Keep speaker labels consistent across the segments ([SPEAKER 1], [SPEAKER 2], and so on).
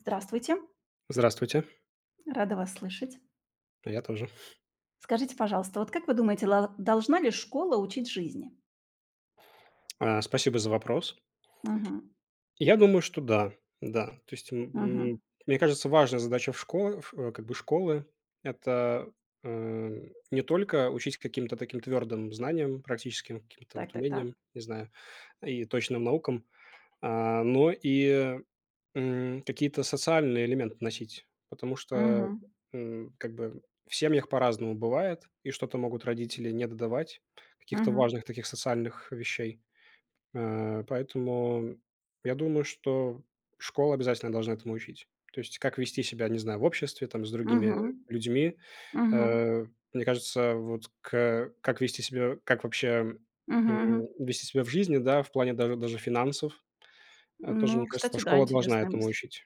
[SPEAKER 1] Здравствуйте,
[SPEAKER 2] Здравствуйте,
[SPEAKER 1] рада вас слышать.
[SPEAKER 2] я тоже.
[SPEAKER 1] Скажите, пожалуйста, вот как вы думаете, должна ли школа учить жизни?
[SPEAKER 2] Спасибо за вопрос.
[SPEAKER 1] Мгм.
[SPEAKER 2] Я думаю, что да, да. То есть, м,
[SPEAKER 1] Мгм.
[SPEAKER 2] мне кажется, важная задача в школе, как бы это, не только учить каким-то таким твердым знаниям, практическим каким-то
[SPEAKER 1] Так,
[SPEAKER 2] вот
[SPEAKER 1] так, так.
[SPEAKER 2] умениям, не знаю, и точным наукам, а, но и, какие-то социальные элементы носить. Потому что,
[SPEAKER 1] Мгм.
[SPEAKER 2] как бы в семьях по-разному бывает, и что-то могут родители не додавать, каких-то
[SPEAKER 1] Мгм.
[SPEAKER 2] важных таких социальных вещей. Поэтому я думаю, что школа обязательно должна этому учить. То есть как вести себя, не знаю, в обществе, там, с другими
[SPEAKER 1] Мгм.
[SPEAKER 2] людьми.
[SPEAKER 1] Мгм.
[SPEAKER 2] Э, Мне кажется, вот к как вести себя, как вообще,
[SPEAKER 1] Мгм.
[SPEAKER 2] вести себя в жизни, да, в плане даже финансов. Тоже, мне
[SPEAKER 1] Ну,
[SPEAKER 2] кажется,
[SPEAKER 1] кстати, да,
[SPEAKER 2] школа должна
[SPEAKER 1] интересная
[SPEAKER 2] этому
[SPEAKER 1] мысль.
[SPEAKER 2] учить.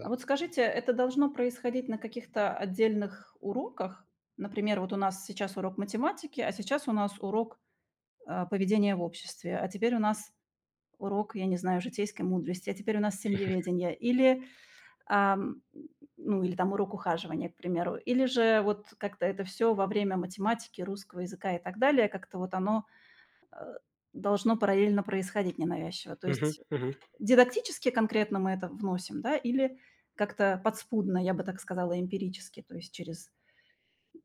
[SPEAKER 1] А вот скажите, это должно происходить на каких-то отдельных уроках? Например, вот у нас сейчас урок математики, а сейчас у нас урок поведения в обществе, а теперь у нас урок, я не знаю, житейской мудрости, а теперь у нас семьеведение. Ам, ну, или там урок ухаживания, к примеру. Или же вот как-то это все во время математики, русского языка и так далее, как-то вот оно, э, должно параллельно происходить ненавязчиво. То
[SPEAKER 2] Мгм.
[SPEAKER 1] есть
[SPEAKER 2] Мгм.
[SPEAKER 1] дидактически конкретно мы это вносим, да, или как-то подспудно, я бы так сказала, эмпирически, то есть через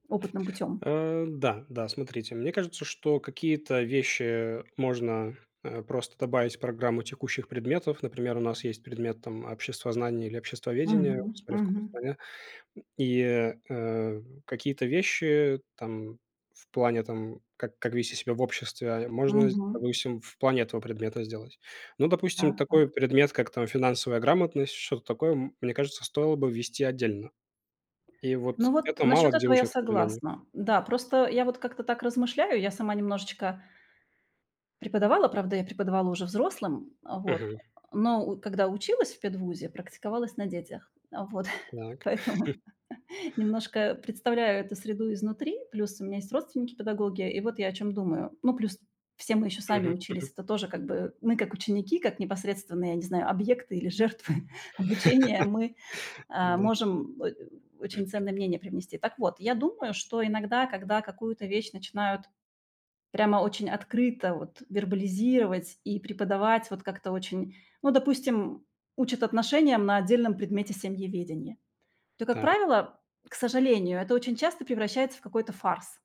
[SPEAKER 1] опытным путем.
[SPEAKER 2] Да, да, смотрите, мне кажется, что какие-то вещи можно, просто добавить в программу текущих предметов. Например, у нас есть предмет там обществознание или обществоведение,
[SPEAKER 1] Мгм,
[SPEAKER 2] смотря в какой
[SPEAKER 1] мгм,
[SPEAKER 2] стране. И, какие-то вещи там в плане там, как вести себя в обществе, а можно,
[SPEAKER 1] мгм.
[SPEAKER 2] допустим, в плане этого предмета сделать. Ну, допустим,
[SPEAKER 1] Так, так.
[SPEAKER 2] такой предмет, как там финансовая грамотность, что-то такое, мне кажется, стоило бы ввести отдельно. И
[SPEAKER 1] Ну,
[SPEAKER 2] вот
[SPEAKER 1] вот
[SPEAKER 2] это мало
[SPEAKER 1] насчет
[SPEAKER 2] где
[SPEAKER 1] этого я
[SPEAKER 2] учат, к сожалению.
[SPEAKER 1] согласна. Да, просто я вот как-то так размышляю, я сама немножечко преподавала, правда, я преподавала уже взрослым, вот,
[SPEAKER 2] Мгм.
[SPEAKER 1] но у когда училась в педвузе, практиковалась на детях. Вот,
[SPEAKER 2] Так.
[SPEAKER 1] поэтому немножко представляю эту среду изнутри. Плюс у меня есть родственники-педагоги, и вот я о чем думаю. Ну, плюс все мы еще сами
[SPEAKER 2] Мгм.
[SPEAKER 1] учились. Это тоже как бы мы как ученики, как непосредственные, я не знаю, объекты или жертвы обучения, мы,
[SPEAKER 2] Да,
[SPEAKER 1] можем о очень ценное мнение привнести. Так вот, я думаю, что иногда, когда какую-то вещь начинают прямо очень открыто вот вербализировать и преподавать вот как-то очень ну, допустим, учат отношениям на отдельном предмете семьеведения, то, как
[SPEAKER 2] так.
[SPEAKER 1] правило, к сожалению, это очень часто превращается в какой-то фарс.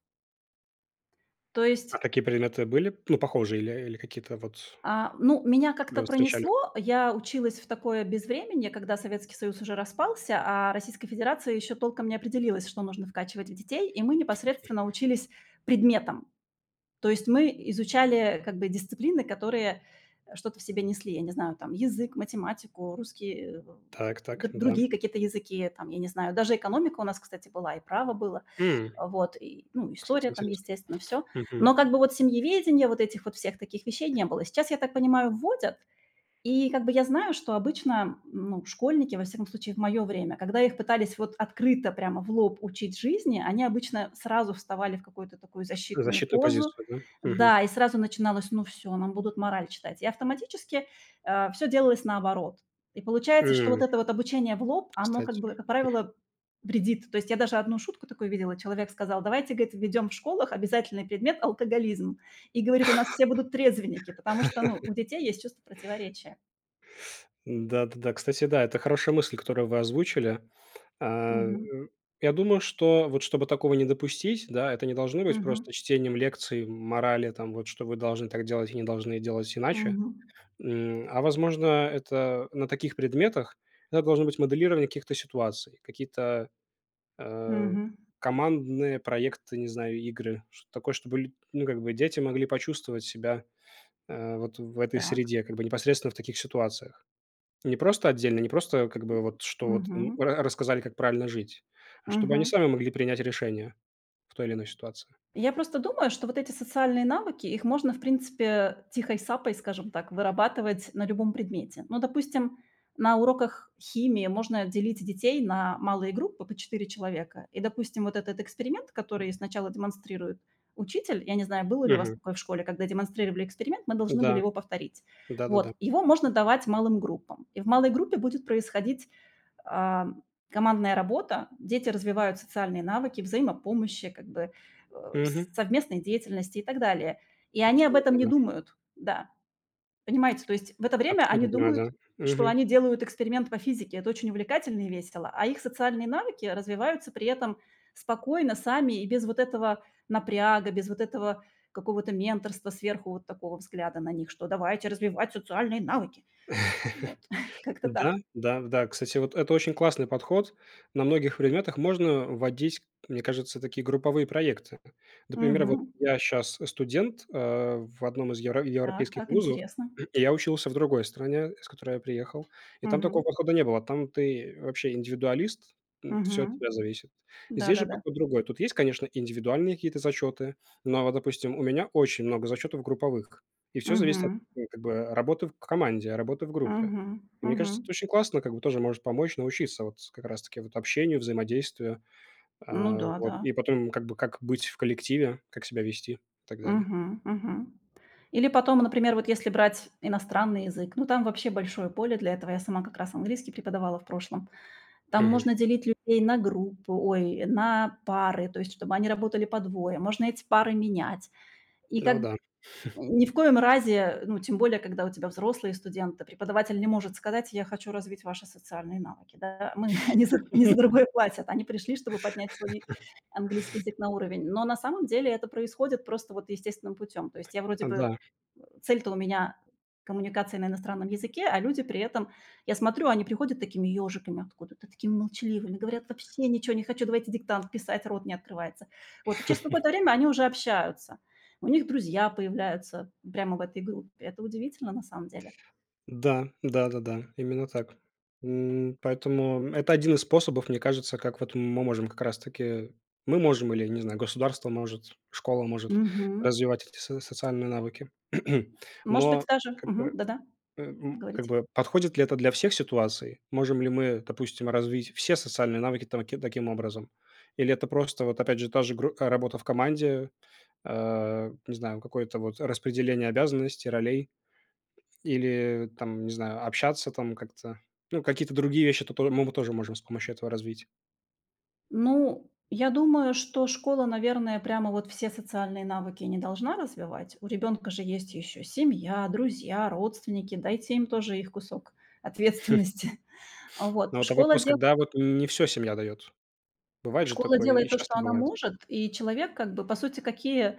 [SPEAKER 1] То
[SPEAKER 2] А
[SPEAKER 1] есть,
[SPEAKER 2] такие предметы были, ну, похожие или какие-то вот,
[SPEAKER 1] ну, меня как-то
[SPEAKER 2] которые вы встречали?
[SPEAKER 1] пронесло. Я училась в такое безвременье, когда Советский Союз уже распался, а Российская Федерация еще толком не определилась, что нужно вкачивать в детей, и мы непосредственно учились предметам. То есть мы изучали как бы дисциплины, которые что-то в себе несли. Я не знаю, там язык, математику, русский,
[SPEAKER 2] Так так, да.
[SPEAKER 1] другие какие-то языки, там, я не знаю, даже экономика у нас, кстати, была, и право было,
[SPEAKER 2] М,
[SPEAKER 1] вот, и, ну,
[SPEAKER 2] Кстати,
[SPEAKER 1] история там,
[SPEAKER 2] интересно.
[SPEAKER 1] естественно, все. Но
[SPEAKER 2] Мгм.
[SPEAKER 1] как бы вот семьеведение, вот этих вот всех таких вещей не было. Сейчас, я так понимаю, вводят, и как бы я знаю, что обычно, ну, школьники, во всяком случае в моё время, когда их пытались вот открыто прямо в лоб учить жизни, они обычно сразу вставали в какую-то такую защитную
[SPEAKER 2] Защитную
[SPEAKER 1] позу.
[SPEAKER 2] позицию, да? Мгм.
[SPEAKER 1] Да, и сразу начиналось: "Ну всё, нам будут мораль читать". И автоматически, всё делалось наоборот. И получается, что вот
[SPEAKER 2] М,
[SPEAKER 1] это вот обучение в лоб, оно как
[SPEAKER 2] Кстати.
[SPEAKER 1] бы, как правило, вредит. То есть я даже одну шутку такую видела. Человек сказал: "Давайте, говорит, введем в школах обязательный предмет алкоголизм". И говорит: "У нас все будут трезвенники", потому что, ну, у детей есть чувство противоречия.
[SPEAKER 2] Да-да-да, кстати, да, это хорошая мысль, которую вы озвучили. А,
[SPEAKER 1] Мгм.
[SPEAKER 2] м, я думаю, что вот чтобы такого не допустить, да, это не должно быть
[SPEAKER 1] Мгм.
[SPEAKER 2] просто чтением лекций, морали, там, вот что вы должны так делать и не должны делать иначе.
[SPEAKER 1] Мгм.
[SPEAKER 2] Возможно, это на таких предметах это должно быть моделирование каких-то ситуаций, какие-то, э,
[SPEAKER 1] Мгм.
[SPEAKER 2] командные проекты, не знаю, игры, что-то такое, чтобы лю ну, как бы дети могли почувствовать себя, вот в этой
[SPEAKER 1] Так.
[SPEAKER 2] среде, как бы непосредственно в таких ситуациях. Не просто отдельно, не просто как бы вот, что вот им
[SPEAKER 1] Мгм.
[SPEAKER 2] ра рассказали, как правильно жить, а чтобы они
[SPEAKER 1] Мгм.
[SPEAKER 2] сами могли принять решение в той или иной ситуации.
[SPEAKER 1] Я просто думаю, что вот эти социальные навыки, их можно, в принципе, тихой сапой, скажем так, вырабатывать на любом предмете. Ну, допустим, на уроках химии можно делить детей на малые группы по 4 человека. И, допустим, вот этот эксперимент, который сначала демонстрирует учитель, я не знаю, было ли у вас
[SPEAKER 2] Мгм.
[SPEAKER 1] такое в школе, когда демонстрировали эксперимент, мы должны были
[SPEAKER 2] Да.
[SPEAKER 1] его повторить. Вот,
[SPEAKER 2] Да-да-да.
[SPEAKER 1] его можно давать малым группам. И в малой группе будет происходить а, командная работа, дети развивают социальные навыки, взаимопомощи, как бы э,
[SPEAKER 2] Мгм.
[SPEAKER 1] совместной деятельности и так далее. И они об этом
[SPEAKER 2] Абсолютно,
[SPEAKER 1] не
[SPEAKER 2] да.
[SPEAKER 1] думают, да, понимаете? То есть в это время они
[SPEAKER 2] Абсолютно понимаю, да.
[SPEAKER 1] думают, что
[SPEAKER 2] Мгм.
[SPEAKER 1] они делают эксперимент по физике, это очень увлекательно и весело, а их социальные навыки развиваются при этом спокойно, сами и без вот этого напряга, без вот этого какого-то менторства сверху вот такого взгляда на них, что давайте развивать социальные навыки. Вот, как-то
[SPEAKER 2] Да,
[SPEAKER 1] так.
[SPEAKER 2] да, да. Кстати, вот это очень классный подход. На многих предметах можно вводить, мне кажется, такие групповые проекты. Например, вот
[SPEAKER 1] Мгм.
[SPEAKER 2] я сейчас студент в одном из
[SPEAKER 1] Так,
[SPEAKER 2] европейских
[SPEAKER 1] так,
[SPEAKER 2] вузов,
[SPEAKER 1] интересно.
[SPEAKER 2] и я учился в другой стране, с которой я приехал, и там такого
[SPEAKER 1] Мгм.
[SPEAKER 2] подхода не было. Там ты вообще индивидуалист, все от
[SPEAKER 1] Мгм.
[SPEAKER 2] тебя зависит. Здесь же
[SPEAKER 1] Да-да-да.
[SPEAKER 2] подход другой. Тут есть, конечно, индивидуальные какие-то зачеты, но, вот, допустим, у меня очень много зачетов групповых, и все зависит от
[SPEAKER 1] Мгм.
[SPEAKER 2] как бы, работы в команде, работы в группе.
[SPEAKER 1] Мгм.
[SPEAKER 2] И мне
[SPEAKER 1] Мгм.
[SPEAKER 2] кажется, это очень классно, как бы тоже может помочь научиться вот как раз-таки вот общению, взаимодействию,
[SPEAKER 1] Ну
[SPEAKER 2] а,
[SPEAKER 1] да,
[SPEAKER 2] вот.
[SPEAKER 1] да.
[SPEAKER 2] И потом как бы как быть в коллективе, как себя вести и так далее.
[SPEAKER 1] Мгм. Мгм. Или потом, например, вот если брать иностранный язык, ну, там вообще большое поле для этого. Я сама как раз английский преподавала в прошлом. Там
[SPEAKER 2] Мгм.
[SPEAKER 1] можно делить людей на группы, ой, на пары, то есть чтобы они работали по двое. Можно эти пары менять. И как
[SPEAKER 2] Ну да.
[SPEAKER 1] Ни в коем разе, ну, тем более, когда у тебя взрослые студенты, преподаватель не может сказать: "Я хочу развить ваши социальные навыки". Да, мы они за другое платят. Они пришли, чтобы поднять свой английский язык на уровень. Но на самом деле это происходит просто вот естественным путем. То есть я вроде бы
[SPEAKER 2] Да.
[SPEAKER 1] цель-то у меня коммуникация на иностранном языке, а люди при этом, я смотрю, они приходят такими ежиками откуда-то, такими молчаливыми, говорят, вообще ничего не хочу, давайте диктант писать, рот не открывается. Вот, и через какое-то время они уже общаются. У них друзья появляются прямо в этой группе. Это удивительно на самом деле.
[SPEAKER 2] Да, да-да-да, именно так. Поэтому это один из способов, мне кажется, как вот мы можем как раз-таки мы можем или, не знаю, государство может, школа может
[SPEAKER 1] Мгм.
[SPEAKER 2] развивать эти со социальные навыки.
[SPEAKER 1] Может
[SPEAKER 2] Но
[SPEAKER 1] быть, даже.
[SPEAKER 2] как бы
[SPEAKER 1] Мгм. Да-да, говорите.
[SPEAKER 2] Подходит ли это для всех ситуаций? Можем ли мы, допустим, развить все социальные навыки таким образом? Или это просто, вот опять же, та же работа в команде, не знаю, какое-то вот распределение обязанностей, ролей, или там, не знаю, общаться там как-то. Ну, какие-то другие вещи мы вот тоже можем с помощью этого развить.
[SPEAKER 1] Ну, я думаю, что школа, наверное, прямо вот все социальные навыки не должна развивать. У ребенка же есть еще семья, друзья, родственники. Дайте им тоже их кусок ответственности. Вот.
[SPEAKER 2] Но вот
[SPEAKER 1] Школа
[SPEAKER 2] вопрос, когда вот не все семья дает. Бывает же
[SPEAKER 1] Школа
[SPEAKER 2] такое, и
[SPEAKER 1] делает то, что
[SPEAKER 2] часто
[SPEAKER 1] она
[SPEAKER 2] бывает.
[SPEAKER 1] может, и человек как бы, по сути, какие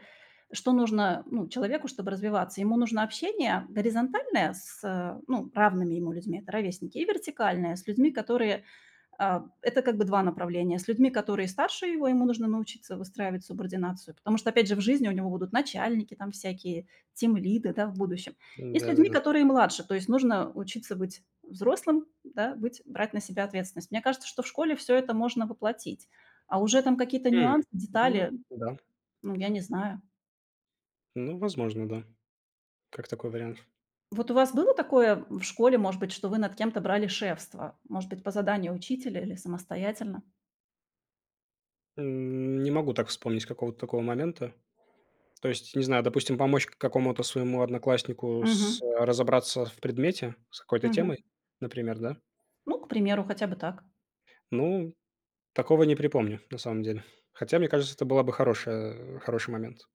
[SPEAKER 1] что нужно, ну, человеку, чтобы развиваться? Ему нужно общение горизонтальное с, ну, равными ему людьми, это ровесники, и вертикальное с людьми, это как бы 2 направления. С людьми, которые старше его, ему нужно научиться выстраивать субординацию, потому что, опять же, в жизни у него будут начальники там всякие, тимлиды, да, в будущем. И с людьми,
[SPEAKER 2] Да-да-да.
[SPEAKER 1] которые младше, то есть нужно учиться быть взрослым, да, быть брать на себя ответственность. Мне кажется, что в школе все это можно воплотить. А уже там какие-то
[SPEAKER 2] М,
[SPEAKER 1] нюансы,
[SPEAKER 2] Ну,
[SPEAKER 1] детали,
[SPEAKER 2] да.
[SPEAKER 1] ну,
[SPEAKER 2] Да.
[SPEAKER 1] я не знаю.
[SPEAKER 2] Ну, возможно, да. Как такой вариант.
[SPEAKER 1] Вот у вас было такое в школе, может быть, что вы над кем-то брали шефство? Может быть, по заданию учителя или самостоятельно?
[SPEAKER 2] Не могу так вспомнить какого-то такого момента. То есть, не знаю, допустим, помочь к какому-то своему однокласснику с
[SPEAKER 1] Мгм.
[SPEAKER 2] разобраться в предмете, с какой-то
[SPEAKER 1] Мгм.
[SPEAKER 2] темой, например, да?
[SPEAKER 1] Ну, к примеру, хотя бы так.
[SPEAKER 2] Ну, такого не припомню, на самом деле. Хотя, мне кажется, это была бы хорошая хороший момент.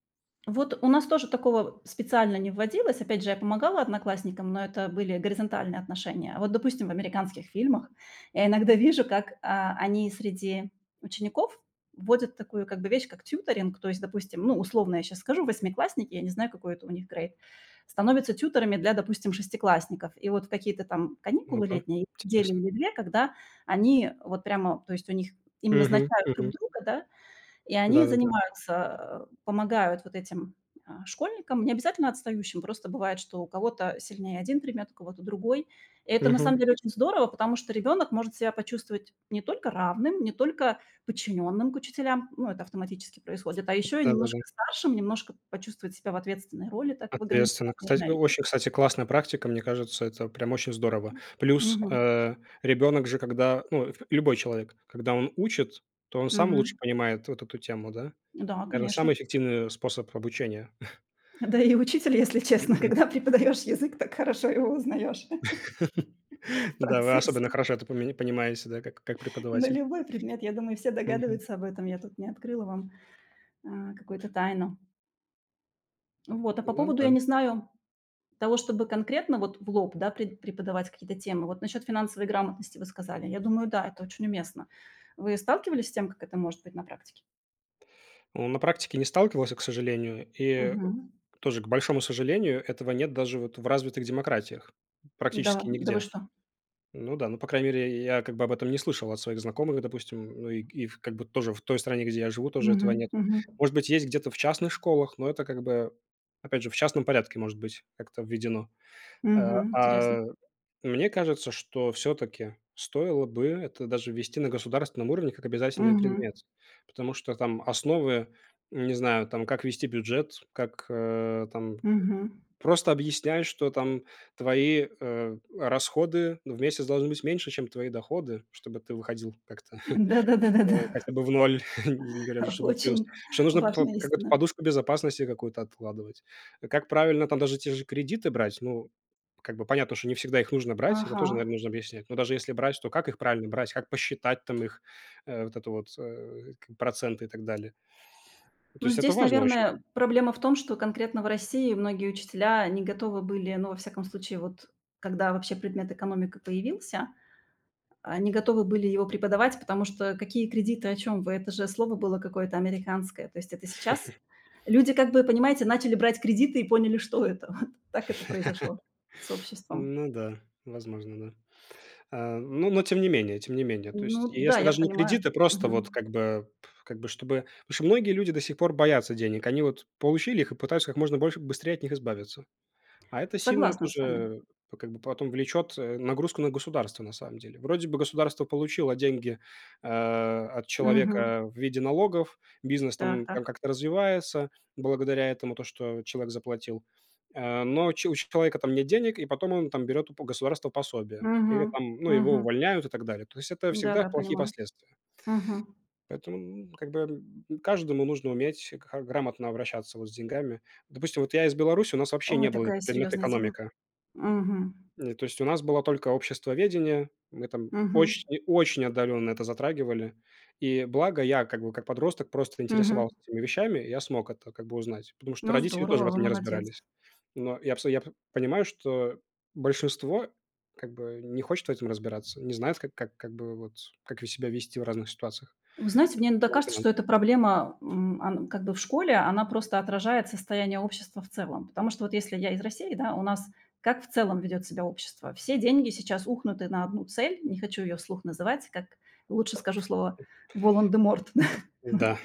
[SPEAKER 1] Вот у нас тоже такого специально не вводилось. Опять же, я помогала одноклассникам, но это были горизонтальные отношения. А вот, допустим, в американских фильмах я иногда вижу, как они среди учеников вводят такую как бы вещь, как тьюторинг. То есть, допустим, ну, условно я сейчас скажу, восьмиклассники, я не знаю, какой это у них грейд, становятся тьюторами для, допустим, шестиклассников. И вот в какие-то там
[SPEAKER 2] Ну
[SPEAKER 1] каникулы
[SPEAKER 2] да,
[SPEAKER 1] летние, недели
[SPEAKER 2] интересно.
[SPEAKER 1] или две, когда они вот прямо, то есть у них им
[SPEAKER 2] Мгм,
[SPEAKER 1] назначают друг
[SPEAKER 2] мгм.
[SPEAKER 1] друга, да, и они
[SPEAKER 2] Да-да-да.
[SPEAKER 1] занимаются, помогают вот этим, школьникам, не обязательно отстающим, просто бывает, что у кого-то сильнее один предмет, у кого-то другой. И это на
[SPEAKER 2] Мгм.
[SPEAKER 1] самом деле очень здорово, потому что ребенок может себя почувствовать не только равным, не только подчиненным к учителям, ну, это автоматически происходит, а еще и
[SPEAKER 2] Да-да-да.
[SPEAKER 1] немножко старшим, немножко почувствовать себя в ответственной роли так в
[SPEAKER 2] Ответственно.
[SPEAKER 1] ограниченное
[SPEAKER 2] Кстати, о
[SPEAKER 1] время.
[SPEAKER 2] очень, кстати, классная практика, мне кажется, это прям очень здорово. Плюс,
[SPEAKER 1] Мгм.
[SPEAKER 2] ребенок же, когда, ну, любой человек, когда он учит, то он сам лучше
[SPEAKER 1] Мгм.
[SPEAKER 2] понимает вот эту тему, да?
[SPEAKER 1] Да,
[SPEAKER 2] Наверное, самый
[SPEAKER 1] конечно.
[SPEAKER 2] эффективный способ обучения.
[SPEAKER 1] Да и учитель, если честно, когда преподаешь язык, так хорошо его узнаешь в
[SPEAKER 2] Да, вы
[SPEAKER 1] процессе.
[SPEAKER 2] особенно хорошо это поме понимаете, да, как
[SPEAKER 1] На
[SPEAKER 2] преподаватель.
[SPEAKER 1] любой предмет, я думаю, все
[SPEAKER 2] Мгм.
[SPEAKER 1] догадываются об этом. Я тут не открыла вам, какую-то тайну. Вот, а по
[SPEAKER 2] Ну
[SPEAKER 1] поводу, я
[SPEAKER 2] да.
[SPEAKER 1] не знаю, того, чтобы конкретно вот в лоб, да, пред преподавать какие-то темы. Вот насчет финансовой грамотности вы сказали. Я думаю, да, это очень уместно. Вы сталкивались с тем, как это может быть на практике?
[SPEAKER 2] Ну, на практике не сталкивался, к сожалению. И
[SPEAKER 1] Мгм.
[SPEAKER 2] тоже, к большому сожалению, этого нет даже вот в развитых демократиях,
[SPEAKER 1] Да,
[SPEAKER 2] практически
[SPEAKER 1] да вы
[SPEAKER 2] нигде.
[SPEAKER 1] что?
[SPEAKER 2] Ну да, ну, по крайней мере, я как бы об этом не слышал от своих знакомых, допустим, ну и в как бы тоже в той стране, где я живу, тоже этого
[SPEAKER 1] Мгм,
[SPEAKER 2] нет.
[SPEAKER 1] мгм,
[SPEAKER 2] Может быть, есть где-то в частных школах, но это как бы, опять же, в частном порядке, может быть, как-то введено. Э,
[SPEAKER 1] мгм. Интересно.
[SPEAKER 2] а Мне кажется, что все-таки стоило бы это даже ввести на государственном уровне как обязательный
[SPEAKER 1] Мгм,
[SPEAKER 2] предмет, потому что там основы, не знаю, там как вести бюджет, как, там
[SPEAKER 1] мгм.
[SPEAKER 2] просто объясняй, что там твои, расходы в месяц должны быть меньше, чем твои доходы, чтобы ты выходил как-то,
[SPEAKER 1] Да-да-да-да-да.
[SPEAKER 2] хотя бы в ноль, не говоря уже, чтобы в плюс.
[SPEAKER 1] Очень
[SPEAKER 2] Что нужно
[SPEAKER 1] важная
[SPEAKER 2] какую-то
[SPEAKER 1] истина.
[SPEAKER 2] подушку безопасности какую-то откладывать. Как правильно там даже те же кредиты брать? Ну, как бы понятно, что не всегда их нужно брать, это
[SPEAKER 1] Ага.
[SPEAKER 2] тоже, наверно, нужно объяснять. Но даже если брать, то как их правильно брать, как посчитать там их, э, вот это вот, э, к проценты и так далее. То
[SPEAKER 1] Ну,
[SPEAKER 2] есть это
[SPEAKER 1] здесь,
[SPEAKER 2] важно очень.
[SPEAKER 1] наверное, проблема в том, что конкретно в России многие учителя не готовы были, ну, во всяком случае, вот когда вообще предмет экономика появился, не готовы были его преподавать, потому что какие кредиты, о чем вы? Это же слово было какое-то американское. То есть это сейчас люди, как бы, понимаете, начали брать кредиты и поняли, что это. Вот так это произошло с обществом.
[SPEAKER 2] Ну да, возможно, да. Ну, но тем не менее, тем не менее. То
[SPEAKER 1] Ну
[SPEAKER 2] есть,
[SPEAKER 1] да,
[SPEAKER 2] если
[SPEAKER 1] я
[SPEAKER 2] даже не
[SPEAKER 1] понимаю.
[SPEAKER 2] кредиты, просто вот
[SPEAKER 1] Мгм.
[SPEAKER 2] как бы п как бы чтобы потому что многие люди до сих пор боятся денег. Они вот получили их и пытаются как можно больше быстрее от них избавиться. А это сильно
[SPEAKER 1] Согласна с вами.
[SPEAKER 2] тоже п как бы потом влечет, нагрузку на государство, на самом деле. Вроде бы государство получило деньги, от
[SPEAKER 1] Мгм.
[SPEAKER 2] человека в виде налогов, бизнес
[SPEAKER 1] Так,
[SPEAKER 2] там
[SPEAKER 1] так.
[SPEAKER 2] там как-то развивается благодаря этому, то, что человек заплатил. Но че у человека там нет денег, и потом он там берет у государства пособие
[SPEAKER 1] Мгм.
[SPEAKER 2] или там, ну, его
[SPEAKER 1] Мгм.
[SPEAKER 2] увольняют и так далее. То есть это всегда
[SPEAKER 1] Да-да,
[SPEAKER 2] плохие
[SPEAKER 1] понимаю.
[SPEAKER 2] последствия.
[SPEAKER 1] Мгм.
[SPEAKER 2] Поэтому, как бы, каждому нужно уметь г грамотно обращаться вот с деньгами. Допустим, вот я из Беларуси, у нас вообще
[SPEAKER 1] Ой,
[SPEAKER 2] не было
[SPEAKER 1] такая
[SPEAKER 2] предмета
[SPEAKER 1] серьезная тема.
[SPEAKER 2] экономика.
[SPEAKER 1] Мгм.
[SPEAKER 2] То есть у нас было только обществоведение, мы там
[SPEAKER 1] Мгм.
[SPEAKER 2] очень очень отдаленно это затрагивали. И благо я, как бы, как подросток просто
[SPEAKER 1] Мгм.
[SPEAKER 2] интересовался этими вещами, и я смог это как бы узнать, потому что
[SPEAKER 1] Ну,
[SPEAKER 2] родители тоже
[SPEAKER 1] здорово,
[SPEAKER 2] в
[SPEAKER 1] вы
[SPEAKER 2] этом не
[SPEAKER 1] молодец.
[SPEAKER 2] разбирались. Но я абсо я п понимаю, что большинство как бы не хочет в этом разбираться, не знает, как бы вот, как себя вести в разных ситуациях
[SPEAKER 1] Вы знаете, мне
[SPEAKER 2] в
[SPEAKER 1] иногда
[SPEAKER 2] плане
[SPEAKER 1] кажется, что
[SPEAKER 2] финансов.
[SPEAKER 1] эта проблема, она как бы в школе, она просто отражает состояние общества в целом. Потому что вот если я из России, да, у нас как в целом ведет себя общество? Все деньги сейчас ухнуты на одну цель, не хочу ее вслух называть, как лучше скажу слово Волан-де-Морт.
[SPEAKER 2] Да,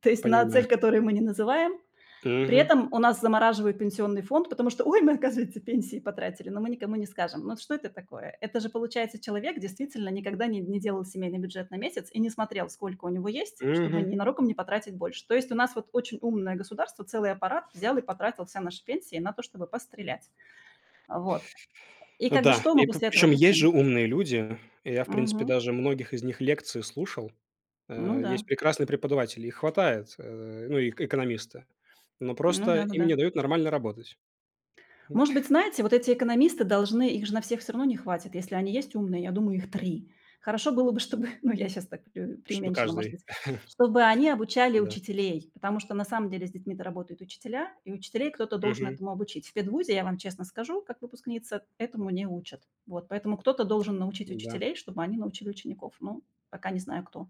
[SPEAKER 1] То есть на
[SPEAKER 2] понимаю.
[SPEAKER 1] цель, которую мы не называем. При
[SPEAKER 2] Мгм.
[SPEAKER 1] этом у нас замораживают пенсионный фонд, потому что, ой, мы, оказывается, пенсии потратили, но мы никому не скажем. Ну что это такое? Это же, получается, человек действительно никогда не делал семейный бюджет на месяц и не смотрел, сколько у него есть, чтобы
[SPEAKER 2] Мгм.
[SPEAKER 1] ненароком не потратить больше. То есть у нас вот очень умное государство, целый аппарат взял и потратил все наши пенсии на то, чтобы пострелять. Вот. И как бы
[SPEAKER 2] Да,
[SPEAKER 1] что мы
[SPEAKER 2] и
[SPEAKER 1] после этого
[SPEAKER 2] причем есть же
[SPEAKER 1] хотим?
[SPEAKER 2] умные люди. И я, в принципе,
[SPEAKER 1] Мгм.
[SPEAKER 2] даже многих из них лекции слушал.
[SPEAKER 1] Ну да,
[SPEAKER 2] Есть прекрасные преподаватели, их хватает, ну, и экономисты. Но
[SPEAKER 1] ну
[SPEAKER 2] просто
[SPEAKER 1] да, ну
[SPEAKER 2] им
[SPEAKER 1] да.
[SPEAKER 2] не дают нормально работать, м,
[SPEAKER 1] Может быть, знаете, вот эти экономисты должны, их же на всех все равно не хватит, если они есть умные, я думаю, их 3. Хорошо было бы, чтобы, ну, я сейчас так пре
[SPEAKER 2] чтобы
[SPEAKER 1] преуменьшила, может
[SPEAKER 2] каждый
[SPEAKER 1] быть, чтобы они обучали
[SPEAKER 2] Да.
[SPEAKER 1] учителей, потому что на самом деле с детьми-то работают учителя, и учителей кто-то должен
[SPEAKER 2] Мгм.
[SPEAKER 1] этому обучить. В педвузе, я вам честно скажу, как выпускница, этому не учат. Вот, поэтому кто-то должен научить
[SPEAKER 2] Да.
[SPEAKER 1] учителей, чтобы они научили учеников. Ну, пока не знаю кто.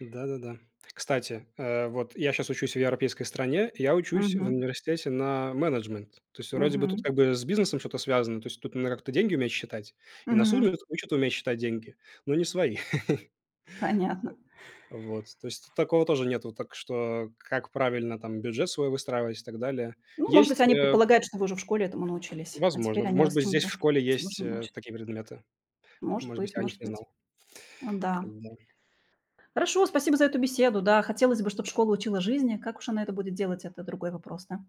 [SPEAKER 2] Да-да-да. Кстати, вот я сейчас учусь в европейской стране, я учусь в
[SPEAKER 1] Мгм.
[SPEAKER 2] университете на менеджмент. То есть вроде бы тут
[SPEAKER 1] Мгм.
[SPEAKER 2] как бы с бизнесом что-то связано, то есть тут надо как-то деньги уметь считать, и на суд
[SPEAKER 1] Мгм.
[SPEAKER 2] учат уметь считать деньги, но не свои.
[SPEAKER 1] Понятно.
[SPEAKER 2] Вот, то есть тут такого тоже нету, так что как правильно там бюджет свой выстраивать и так далее.
[SPEAKER 1] Ну, может быть,
[SPEAKER 2] Есть,
[SPEAKER 1] они предполагают, что вы уже в школе этому научились, а
[SPEAKER 2] возможно,
[SPEAKER 1] теперь они
[SPEAKER 2] может
[SPEAKER 1] вас
[SPEAKER 2] быть, здесь
[SPEAKER 1] чему-то
[SPEAKER 2] в школе есть,
[SPEAKER 1] сложному учат.
[SPEAKER 2] такие предметы,
[SPEAKER 1] Может
[SPEAKER 2] может быть,
[SPEAKER 1] быть,
[SPEAKER 2] я о них
[SPEAKER 1] может
[SPEAKER 2] не
[SPEAKER 1] быть.
[SPEAKER 2] знал.
[SPEAKER 1] Да.
[SPEAKER 2] Да.
[SPEAKER 1] Хорошо, спасибо за эту беседу. Да, хотелось бы, чтобы школа учила жизни. Как уж она это будет делать, это другой вопрос, да?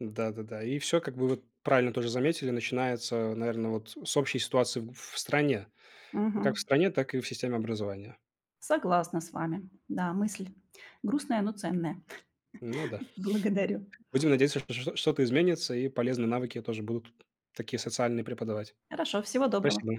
[SPEAKER 2] Да-да-да, и все как бы вот правильно тоже заметили, начинается, наверное, вот с общей ситуации в стране. Ну,
[SPEAKER 1] Мгм.
[SPEAKER 2] как в стране, так и в системе образования.
[SPEAKER 1] Согласна с вами. Да, мысль грустная, но ценная.
[SPEAKER 2] Ну да.
[SPEAKER 1] Благодарю.
[SPEAKER 2] Будем надеяться, что что-то изменится и полезные навыки тоже будут такие социальные преподавать.
[SPEAKER 1] Хорошо, всего доброго.
[SPEAKER 2] Спасибо.